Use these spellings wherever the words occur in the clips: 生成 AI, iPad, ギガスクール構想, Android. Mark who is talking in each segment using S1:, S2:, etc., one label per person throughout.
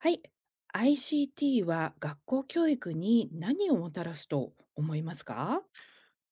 S1: はい。ICT は学校教育に何をもたらすと思いますか？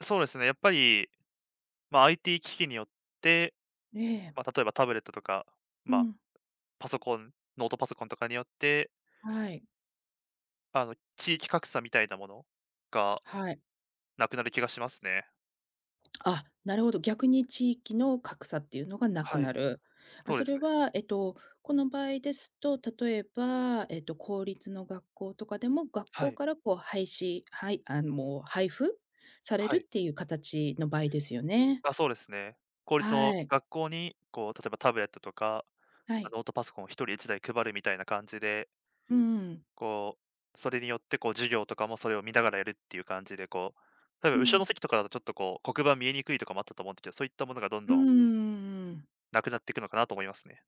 S2: そうですね、やっぱり、IT 機器によって、
S1: ええ。
S2: 例えばタブレットとか、
S1: う
S2: まあ、
S1: ん。
S2: パソコン、ノートパソコンとかによって、
S1: はい。
S2: 地域格差みたいなものが
S1: はい。
S2: なくなる気がしますね。
S1: あ、なるほど。逆に地域の格差っていうのがなく
S2: はい、
S1: なる。あ、
S2: そうで
S1: そ
S2: す
S1: れ
S2: ね。
S1: は、この場合ですと、例えば、公立の学校とかでも、学
S2: は
S1: 校
S2: い、
S1: からこうはい、もう配布され
S2: は
S1: るっ
S2: い。
S1: ていう形の場合ですよね。
S2: あ、そうですね。公立の
S1: はい。
S2: 学校に、例えばタブレットとか、
S1: はい。
S2: ノートパソコンを一人一台配るみたいな感じで、
S1: うんうん。
S2: こそれによってこう授業とかもそれを見ながらやるっていう感じで、こう、例えば
S1: う
S2: 後ろの
S1: ん。
S2: 席とかだとちょっとこう黒板見えにくいとかもあったと思うんですけど、そういったものがどん
S1: うー
S2: どん
S1: ん。
S2: なくなっていくのかなと思いますね。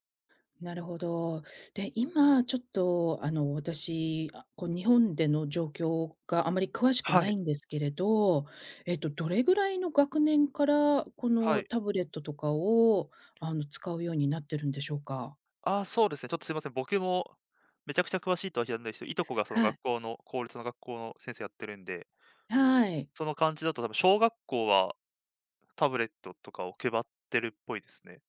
S1: なるほど。で、今ちょっと、あの、私、あ、こう日本での状況があまり詳しく
S2: は
S1: な
S2: い、
S1: いんですけれど、どれぐらいの学年から、こ
S2: は
S1: の
S2: い。
S1: タブレットとかを、あの、使うようになってるんでしょうか？
S2: ああ、そうですね。ちょっとすいません。僕もめちゃくちゃ詳しいとは言わないですけど、いとこがその
S1: は
S2: 学
S1: い。
S2: 校の公立の学校の先生やってるんで、
S1: はい。
S2: その感じだと多分小学校はタブレットとかを配ってるっぽいですね。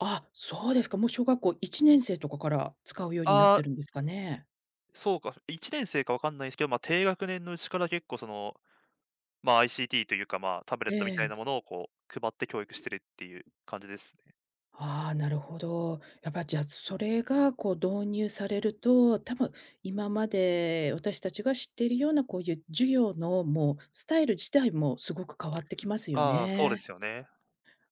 S1: あ、そうですか。もう小学校1年生とかから使うようになっ
S2: あ
S1: て
S2: あ、
S1: るんですかね？
S2: そうか。1年生かわかんないですけど、低学年のうちから結構その、ICT というか、タブレッ
S1: え
S2: トみたい
S1: え。
S2: なものをこう配って教育してるっていう感じですね。
S1: ああ、なるほど。やっぱ、じゃ、それがこう導入されると、多分今まで私たちが知っているようなこういう授業のもうスタイル自体もすごく変わってきますよ
S2: ああ、そうで
S1: ね。
S2: すよね。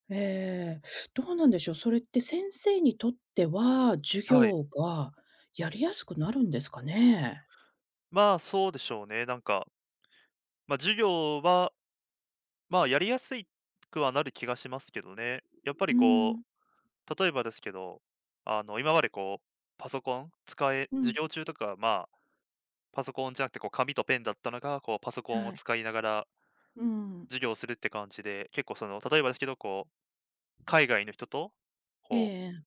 S1: ええ。どうなんでしょう、それって先生にとっては、授
S2: はい。
S1: 業がやりやすくなるんですかね？
S2: そうでしょうね。授業はやりやすいくはなる気がしますけどね。やっぱり
S1: う
S2: こ
S1: ん。
S2: う、例えばですけど、今までこう、パソコン使え
S1: うん。
S2: 授業中とかは、パソコンじゃなくてこう紙とペンだったのが、こうパソコンを
S1: はい。
S2: 使いながら
S1: うん。
S2: 授業するって感じで、結構その、例えばですけど、こう、海外の人と、こう、
S1: ええ、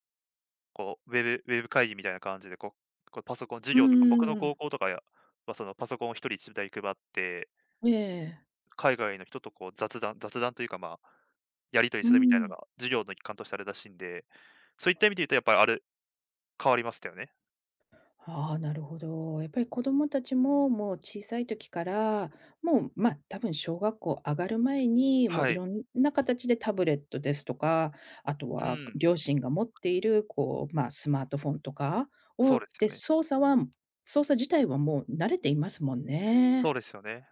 S2: こうウェブ会議みたいな感じでこう、こうパソコン授
S1: う
S2: 業とか、僕の高
S1: ん。
S2: 校とかやはそのパソコンを一人一台配って、
S1: ええ。
S2: 海外の人とこう雑談というか、やり取り
S1: う
S2: するみたいなの
S1: ん。
S2: が、授業の一環としてあるらしいんでそういった意味で言うとやっぱりあれ、変わりましたよね。
S1: ああ、なるほど。やっぱり子どもたちも、もう小さい時から、もう、ま、多分小学校上がる前に、もう
S2: は
S1: い
S2: い。
S1: ろんな形でタブレットですとか、あと
S2: う
S1: は
S2: ん。
S1: 両親が持っている、こう、まあ、スマートフォンとか
S2: そう
S1: を
S2: ですよ
S1: で、
S2: ね。
S1: 操作自体はもう慣れていますもん
S2: そう
S1: ね。
S2: ですよね。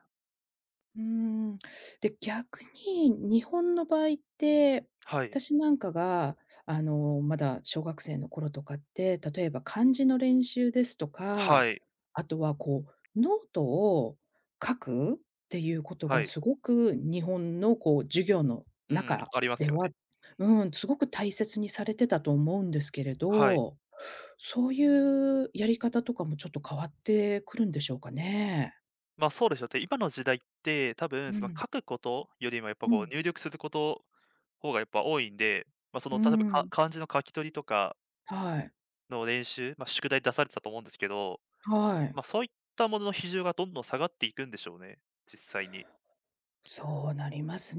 S1: うーん。で、逆に日本の場合って、
S2: はい。
S1: 私なんかが、あの、まだ小学生の頃とかって、例えば漢字の練習ですとか、
S2: はい。
S1: あとはこう、ノートを書くっていうこと
S2: は
S1: が
S2: い。
S1: すごく日本のこう、授業の
S2: うん、
S1: 中
S2: あります
S1: で
S2: よ
S1: は、
S2: ね。
S1: うん、すごく大切にされてたと思うんですけれ
S2: はい。
S1: ど、そういうやり方とかもちょっと変わってくるんでしょうかね？
S2: そうですよ。で、今の時代って、多分
S1: う
S2: その
S1: ん。
S2: 書くことよりもやっぱ
S1: う
S2: こう
S1: ん。
S2: 入力すること方がやっぱ多いんで、そ
S1: うー
S2: の例えば、か
S1: ん。
S2: 漢字の書き取りとか
S1: はい、
S2: の練習、宿題出されてたと思うんですけど、
S1: はい。
S2: そういったものの比重がどんどん下がっていくんでしょうね、実際に。
S1: そうなります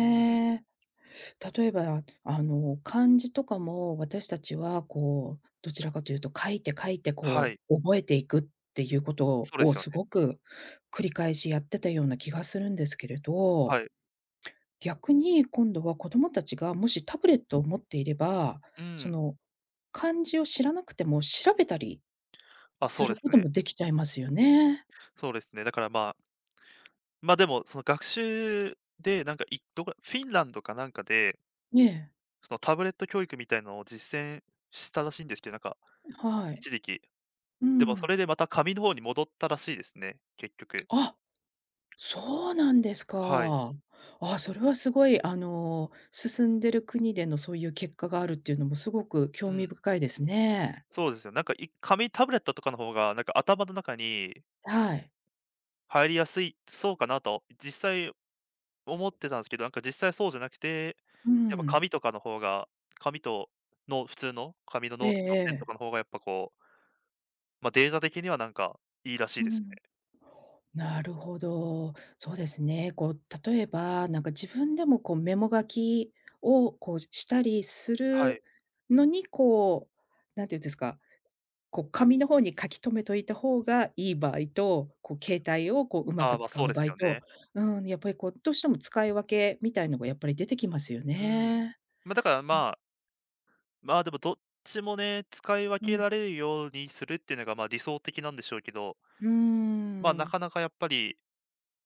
S2: うん。
S1: 例えば、あの、漢字とかも私たちはこう、どちらかというと書いて書いて
S2: は
S1: こ
S2: い。
S1: う、覚えていくっていうこと
S2: そうです
S1: を
S2: よ
S1: す
S2: ね。
S1: ごく繰り返しやってたような気がするんですけれど、
S2: はい。
S1: 逆に今度は子供たちがもしタブレットを持っていれば、
S2: う
S1: そ
S2: ん。
S1: の、漢字を知らなくても調べたり
S2: あ、そ
S1: す
S2: うで
S1: る
S2: す
S1: こと
S2: ね。
S1: もできちゃいますよね。
S2: そうですね。だからまあま、でも、その学習で、いどこフィンランドかなんかで、
S1: ね
S2: そのタブレット教育みたいのを実践したらしいんですけど、
S1: え、はい。
S2: 一時期。
S1: う
S2: でもそ
S1: ん。
S2: れでまた紙の方に戻ったらしいですね、結局。
S1: あ、そうなんです
S2: はい。
S1: か。あ、それはすごい、あの、進んでる国でのそういう結果があるっていうのもすごく
S2: う
S1: 興味
S2: ん。
S1: 深いですね。
S2: そうですよ。い紙タブレットとかの方が、頭の中に
S1: はい。
S2: 入りやすいそうかなと、実際思ってたんですけど、実際そうじゃなくて、
S1: う
S2: やっぱ
S1: ん。
S2: 紙とかの方が、紙との普通の紙の
S1: え
S2: ノ
S1: え
S2: ートとペンと
S1: え
S2: か
S1: え。
S2: の方がやっぱこう、データ的にはいいらしい
S1: う
S2: です。
S1: ん。なるほど。そうですね。こう、例えば、なんか自分でもこうメモ書きをこうしたりす
S2: はい。
S1: るのに、こう、なんていうんですか、こう、紙の方に書き留めといた方がいい場合と、こう、携帯をこう、うま
S2: あ
S1: く
S2: あ、
S1: 使
S2: そう
S1: う
S2: です
S1: 場合
S2: よ
S1: と、
S2: ね。
S1: うん、やっぱりこう、どうしても使い分けみたいのがやっぱり出てきますよ
S2: うん。
S1: ね。
S2: ま、だからまあ、まあ、でもどっちもね、使い分
S1: うん、う
S2: け
S1: ん。
S2: られるようにするっていうのが、理想的なんでしょうけど、
S1: うー
S2: な
S1: ん。
S2: かなかやっぱり、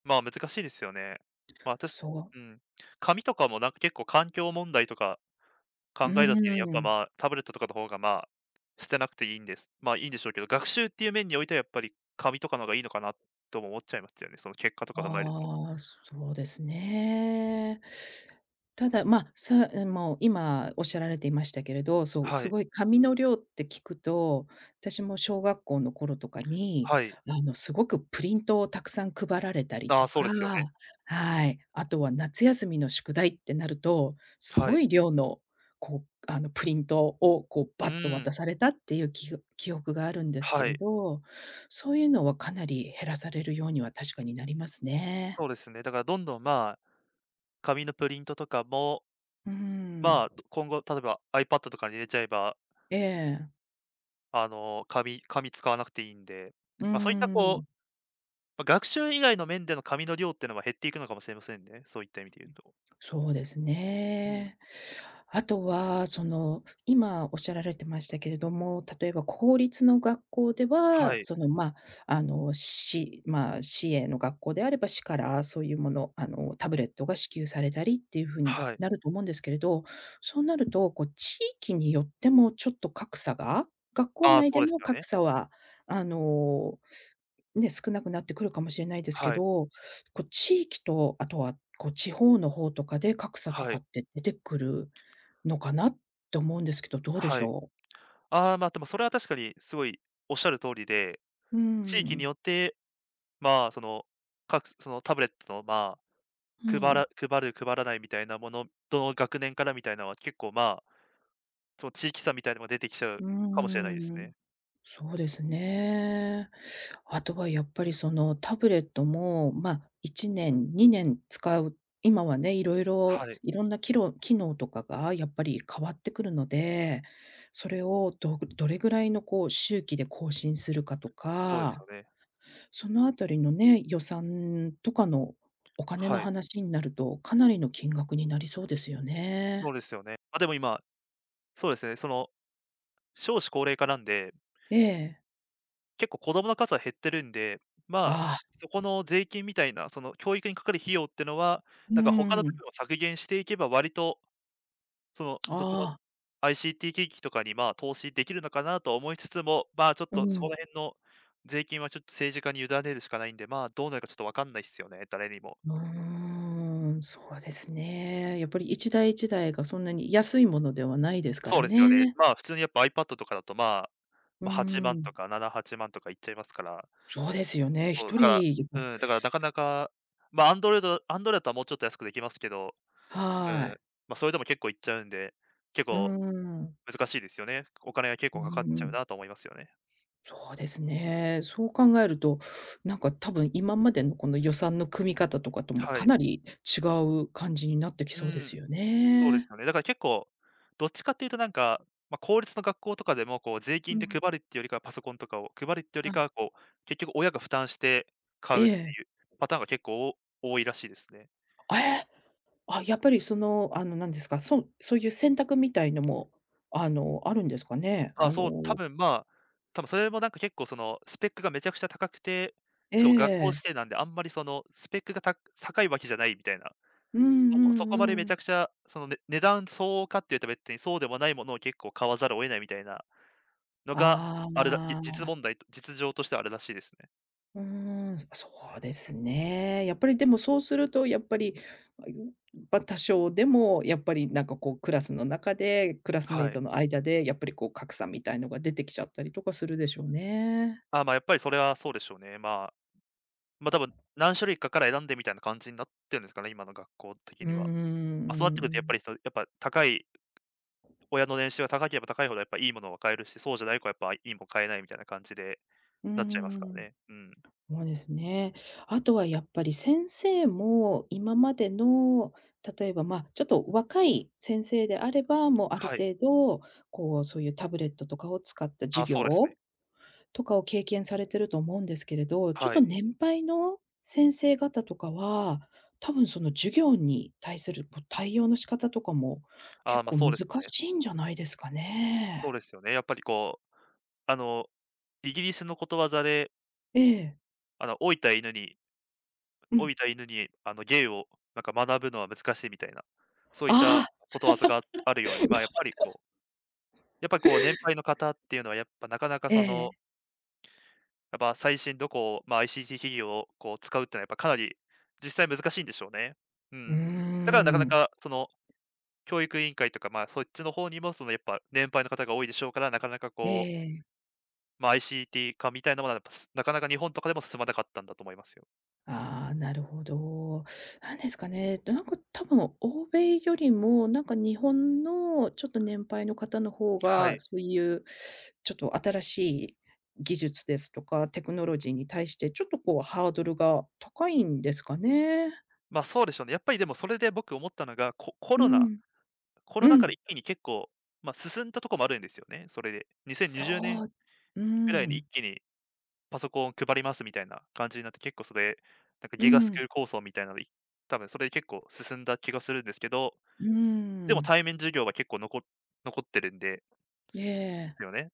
S2: 難しいですよね。私、
S1: そう。
S2: うん。紙とかも結構環境問題とか考
S1: う
S2: えた時に、やっ
S1: ー
S2: ぱ、
S1: ん。
S2: タブレットとかの方が、捨てなくていいんですいいんでしょうけど、学習っていう面においてはやっぱり紙とかの方がいいのかなとも思っちゃいますよね。その結果とか踏まえると。
S1: ああ、そうですね。ただ、まあ、もう今おっしゃられていましたけれど、そう、
S2: は
S1: す
S2: い。
S1: ごい紙の量って聞くと、私も小学校の頃とかに、
S2: はい。
S1: あの、すごくプリントをたくさん配られたり
S2: あ
S1: と
S2: あ、そうで
S1: か、
S2: すよね。
S1: はい、あとは夏休みの宿題ってなると、す
S2: は
S1: ご
S2: い。
S1: い量の、こう、あの、プリントをこう
S2: う
S1: バッと渡
S2: ん。
S1: されたっていう記憶があるんですけ
S2: は
S1: れ
S2: い。
S1: ど、そういうのはかなり減らされるようには確かになりますね。
S2: そうですね。だからどんどん、紙のプリントとかも、
S1: うーん。
S2: 今後、例えば iPad とかに入れちゃえば、
S1: ええ。
S2: 紙使わなくていいんで、
S1: うー
S2: そういったこう、
S1: ん。
S2: 学習以外の面での紙の量っていうのは減っていくのかもしれませんね、そういった意味で言うと。
S1: そうです
S2: うん。
S1: ね。あとは、その、今おっしゃられてましたけれども、例えば公立の学校では、
S2: はい、
S1: その、ま、あの、まあ、市営の学校であれば、市からそういうもの、あの、タブレットが支給されたりっていうふうに
S2: はい。
S1: なると思うんですけれど、そうなると、こう、地域によってもちょっと格差が、学校
S2: ああ、
S1: 内
S2: そ
S1: で
S2: うです
S1: の
S2: よね。
S1: 格差は、あの、ね、少なくなってくるかもしれないですけ
S2: はい、
S1: ど、こう地域と、あとはこう地方の方とかで格差と
S2: は
S1: か
S2: い、
S1: って出てくるのかなって思うんですけど、どうで
S2: は
S1: し
S2: い。
S1: ょう？
S2: ああ、でもそれは確かにすごいおっしゃる通りで、
S1: うー
S2: 地域によ
S1: ん。
S2: って、まあ、その、各そのタブレットの、
S1: う
S2: 配
S1: ん。
S2: ら配る、配らないみたいなもの、どの学年からみたいなのは結構、その地域差みたいなのが出てきちゃう
S1: う
S2: かもしれないです
S1: ーん。
S2: ね。
S1: そうですね。あとはやっぱりそのタブレットも、まあ、1年、2年使う今はね、
S2: はい、
S1: いろんな機能、とかがやっぱり変わってくるので、それをどれぐらいのこう周期で更新するかと
S2: そうです
S1: か、
S2: よね。
S1: そのあたりのね、予算とかのお金の
S2: はい、
S1: 話になると、かなりの金額になりそうですよ
S2: そ
S1: ね。
S2: うですよね。でも今、そうですね、少子高齢化なんで、
S1: ええ。
S2: 結構子供の数は減ってるんで、まあ、
S1: ああ、
S2: そこの税金みたいな、その教育にかかる費用ってのは、
S1: う
S2: 他の部
S1: ん。
S2: 分を削減していけば割と、そっちの
S1: ああ、
S2: ICT 機器とかに、投資できるのかなとは思いつつも、ちょっ
S1: う
S2: とそこ
S1: ん。
S2: ら辺の税金はちょっと政治家に委ねるしかないんで、どうなるかちょっとわかんないっすよね、誰にも。
S1: うーん、そうですね。やっぱり一台一台がそんなに安いものではないですか
S2: そう
S1: ら
S2: ですよね。
S1: ね。
S2: 普通にやっぱ iPad とかだと、
S1: うー
S2: 8万
S1: ん。
S2: とか7、8万とかいっちゃいますから、
S1: そうですよね。
S2: そう、だ
S1: 一
S2: から
S1: 人、
S2: うん、だからなかなか、Android だったらもうちょっと安くできますけど、う
S1: は
S2: ん、
S1: い。
S2: それでも結構いっちゃうんで、結
S1: うー
S2: 構
S1: ん。
S2: 難しいですよね。お金が結
S1: うー
S2: 構かかっちゃう
S1: ん。
S2: なと思いますよね。
S1: そうですね。そう考えると、なんか多分今までのこの予算の組み方とかとも
S2: は
S1: か
S2: い。
S1: なり違う感じになってき
S2: う
S1: そうです
S2: ん。
S1: よ
S2: そうです
S1: ね。
S2: よね。だから結構、どっちかっていうと公立の学校とかでもこう税
S1: う
S2: 金で
S1: ん、
S2: 配るっていうよりかは、パソコンとかを配るっていうよりかは、
S1: あ、
S2: こう、結局親が負担して買
S1: え
S2: うって
S1: え。
S2: いうパターンが結構多いらしいですね。
S1: あ、え！あ、やっぱりその、あの、なんですか、そういう選択みたいのも、あの、あるんですかね？
S2: あ、
S1: あ
S2: そう、多
S1: の、
S2: 分、多分それも結構そのスペックがめちゃくちゃ高くて、
S1: え
S2: しかも学校指
S1: え。
S2: 定なんであんまりそのスペックがた高いわけじゃないみたいな。
S1: うん
S2: そ
S1: う
S2: こそこまで
S1: ん
S2: め
S1: う
S2: ち
S1: ん。
S2: ゃくちゃそのね値段相応かっていうと別にそうでもないものを結構買わざるを得ないみたいなのが、
S1: あ
S2: あれだ、実
S1: あ、
S2: 問題と実情としてはあれらしいですね。
S1: うーん、そうですね。やっぱりでもそうするとやっぱり、あ、ゆまあ、多少でもやっぱりなんかこうクラスの中で、クラスメ
S2: は
S1: イ
S2: い。
S1: トの間でやっぱりこう格差みたいのが出てきちゃったりとかするでしょうね。
S2: あ、やっぱりそれはそうでしょうね。多分何種類かから選んでみたいな感じになってるんですかね、今の学校的
S1: うんう
S2: には。
S1: んう
S2: そうなっ
S1: ん
S2: てくる
S1: う
S2: とやっぱ
S1: ん。
S2: り、そうやっぱ高い親の年収が高ければ高いほどやっぱいいものは買えるし、そうじゃない子はやっぱいいもん買えないみたいな感じで
S1: うー
S2: なっちゃいますから
S1: ん。
S2: ね。うん。
S1: そうですね。あとはやっぱり先生も今までの、例えば、まあ、ちょっと若い先生であれば、もうある
S2: はい。
S1: 程度、こう、そういうタブレットとかを使った
S2: あ、
S1: 授
S2: そ
S1: 業
S2: うですね。
S1: とかを経験されてると思うんですけれど、ちょっ
S2: は
S1: と
S2: い。
S1: 年配の先生方とかは、多分その授業に対するこう対応の仕方とかも
S2: あ、
S1: 結構
S2: そう
S1: 難
S2: ですね。
S1: しいんじゃないですか
S2: そう
S1: ね。
S2: ですよね。やっぱりこう、あの、イギリスのことわざで、
S1: ええ、
S2: あの、老いた犬に
S1: う
S2: 老
S1: ん。
S2: いた犬に、芸をなんか学ぶのは難しいみたいな、そういった
S1: ああ、
S2: ことわざがあるように、まあ、やっぱりこう年配の方っていうのはやっぱなかなか
S1: え
S2: その、
S1: え。
S2: やっぱ最新どこを、まあ、ICT 企業をこう使うってのはやっぱかなり実際難しいんでしょうね。う
S1: うー
S2: ん。だからなかな
S1: ん。
S2: かその教育委員会とか、まあ、そっちの方にもそのやっぱ年配の方が多いでしょうから、なかなか
S1: え
S2: こう、
S1: え。
S2: まあ、ICT 化みたいなものはやっぱ、なかなか日本とかでも進まなかったんだと思いますよ。
S1: ああ、なるほど。なんですかね、なんか多分欧米よりも、なんか日本のちょっと年配の方の方
S2: は
S1: が、
S2: い。
S1: そういうちょっと新しい技術ですとか、テクノロジーに対してちょっとこうハードルが高いんですかね。
S2: まあ、そうでしょうね。やっぱりでもそれで僕思ったのが、
S1: うん。
S2: コロナ
S1: う
S2: 禍で
S1: ん。
S2: 一気に結構、まあ、進んだとこもあるんですよね、それで。2020年
S1: そう。う
S2: ぐらいに
S1: ん。
S2: 一気にパソコンを配りますみたいな感じになって、結構それ、なんか
S1: う
S2: ギガスクー
S1: ん。
S2: ル構想みたいなの、多分それで結構進んだ気がするんですけど、
S1: う
S2: でも
S1: ん。
S2: 対面授業は結構残ってるんで、
S1: え
S2: すよ
S1: え。
S2: ね。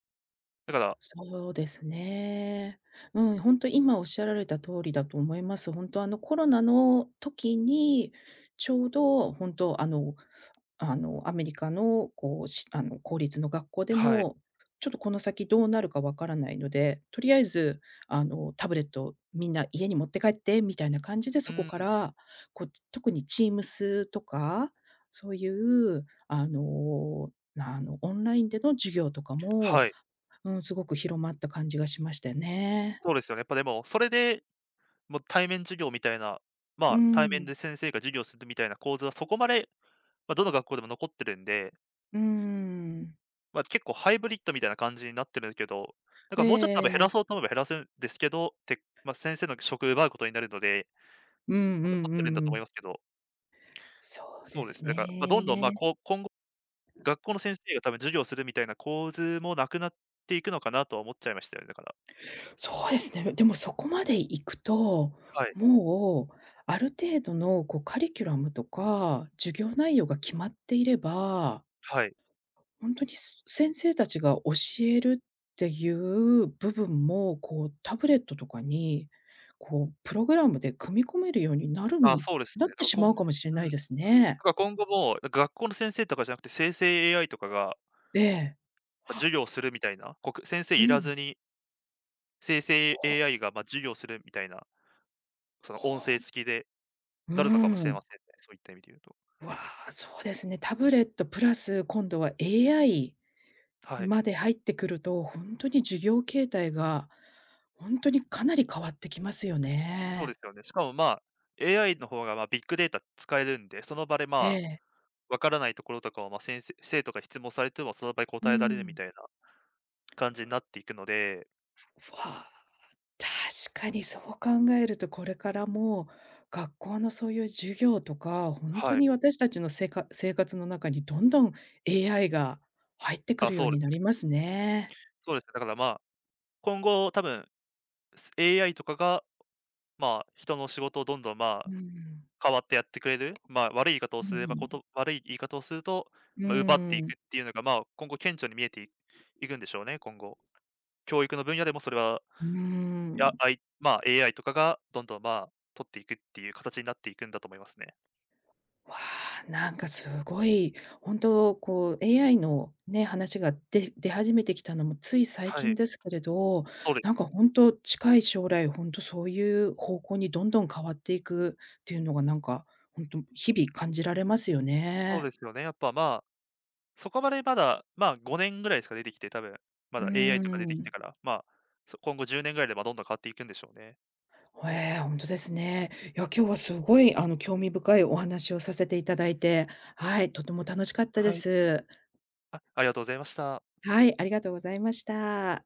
S2: だから
S1: そうですね。うん、本当今おっしゃられた通りだと思います。本当あのコロナの時に、ちょうど本当あのアメリカのこう、あの公立の学校で
S2: はい。
S1: も、ちょっとこの先どうなるかわからないので、とりあえずあのタブレットみんな家に持って帰ってみたいな感じで、
S2: う
S1: そこか
S2: ん、
S1: ら、こう特に Teams とか、そういうあの、あのオンラインでの授業とかも、
S2: はい。
S1: うん、すごく広まった感じがしましたよね。
S2: そうですよね。やっぱでも、それで、もう対面授業みたいな、ま
S1: う
S2: あ、対面
S1: ん、
S2: で先生が授業するみたいな構図はそこまで、まあ、どの学校でも残ってるんで
S1: うん。
S2: まあ、結構ハイブリッドみたいな感じになってるんだけど、だかもうちょっと多分減ら
S1: ええ、
S2: そうと思えば減らせるんですけど、て、まあ、先生の職奪うことになるので、
S1: うんう
S2: まあ、残
S1: ん
S2: っ
S1: う
S2: てるんだ
S1: んう
S2: と思い
S1: ん。
S2: ますけど、
S1: そうで
S2: そうです
S1: す
S2: ねだから、まあ、どんどん、ま、
S1: ね。
S2: こう今後、学校の先生が多分授業するみたいな構図もなくなっていくのかなとは思っちゃいましたよね、だから。
S1: そうですね。でもそこまで行くと、
S2: はい、
S1: もうある程度のこうカリキュラムとか、授業内容が決まっていれば
S2: はい。
S1: 本当に、先生たちが教えるっていう部分も、こう、タブレットとかに、こう、プログラムで組み込めるようになる
S2: あ、
S1: ん、
S2: そうです
S1: な
S2: ね。
S1: っ
S2: だか
S1: て
S2: ら
S1: し
S2: こ
S1: まう
S2: ん
S1: かもしれ
S2: うん、
S1: な
S2: だ
S1: いですね。
S2: から今後も、なんか学校の先生とかじゃなくて生成 AI とかが、
S1: ええ。
S2: ま、授業するみたいな、こく先生
S1: う
S2: いらず
S1: ん。
S2: に生成
S1: ほ、
S2: AI が、ま、授業するみたいな、その音
S1: ほ、
S2: 声付きで
S1: う
S2: なるのかもしれ
S1: ん。
S2: ませんね、そういった意味で言うと。
S1: わあ、そうですね。タブレットプラス、今度は AI
S2: はい。
S1: まで入ってくると、本当に授業形態が、本当にかなり変わってきますよ
S2: そうで
S1: ね。
S2: すよね。しかも、まあ、AI の方が、ま、ビッグデータ使えるんで、その場で、
S1: え
S2: まあ、
S1: え。
S2: わからないところとかを、ま、先生生徒が質問されても、その場で
S1: う
S2: 答えられるみ
S1: ん。
S2: たいな感じになっていくので、
S1: わあ。確かにそう考えると、これからも学校のそういう授業とか、ほんと
S2: はい。
S1: に私たちの生活の中にどんどん AI が入ってく
S2: あ、
S1: るよう
S2: そうで
S1: に
S2: す
S1: な
S2: ね。
S1: りますね。
S2: そうですね。だから、まあ、今後多分、AI とかが、まあ、人の仕事をどんどん、ま
S1: う
S2: あ、
S1: ん。
S2: 変わってやってくれる、まあ、
S1: うん。
S2: 悪い言い方をすると、
S1: う
S2: まあ、奪ってい
S1: ー
S2: く
S1: ん。
S2: っていうのが、まあ、今後顕著に見えていくんでしょうね、今後。教育の分野でもそれは
S1: うー
S2: いや、
S1: ん。
S2: あいまあ、AI とかがどんどん、まあ、取っていくっていう形になっていくんだと思いますね。
S1: わあ、なんかすごい、本当こう AI のね、話が出始めてきたのもつい最
S2: は
S1: 近
S2: い。
S1: ですけれど、
S2: そうで
S1: なんか本当近い将来、本当そういう方向にどんどん変わっていくっていうのがなんか、本当日々感じられますよ
S2: そう
S1: ね。
S2: ですよね。やっぱ、まあ、そこまでまだ、まあ、5年ぐらいですか、出てきて、多分。ま
S1: うー
S2: だ AI とか出てきて
S1: ん。
S2: から、まあ、今後10年ぐらいで、ま、どんどん変わっていくんでしょうね。
S1: ええ、本当ですね。いや、今日はすごいあの興味深いお話をさせていただいて、はい、とても楽しかったで
S2: はい。
S1: す。
S2: あありがとうございました。
S1: はい、ありがとうございました。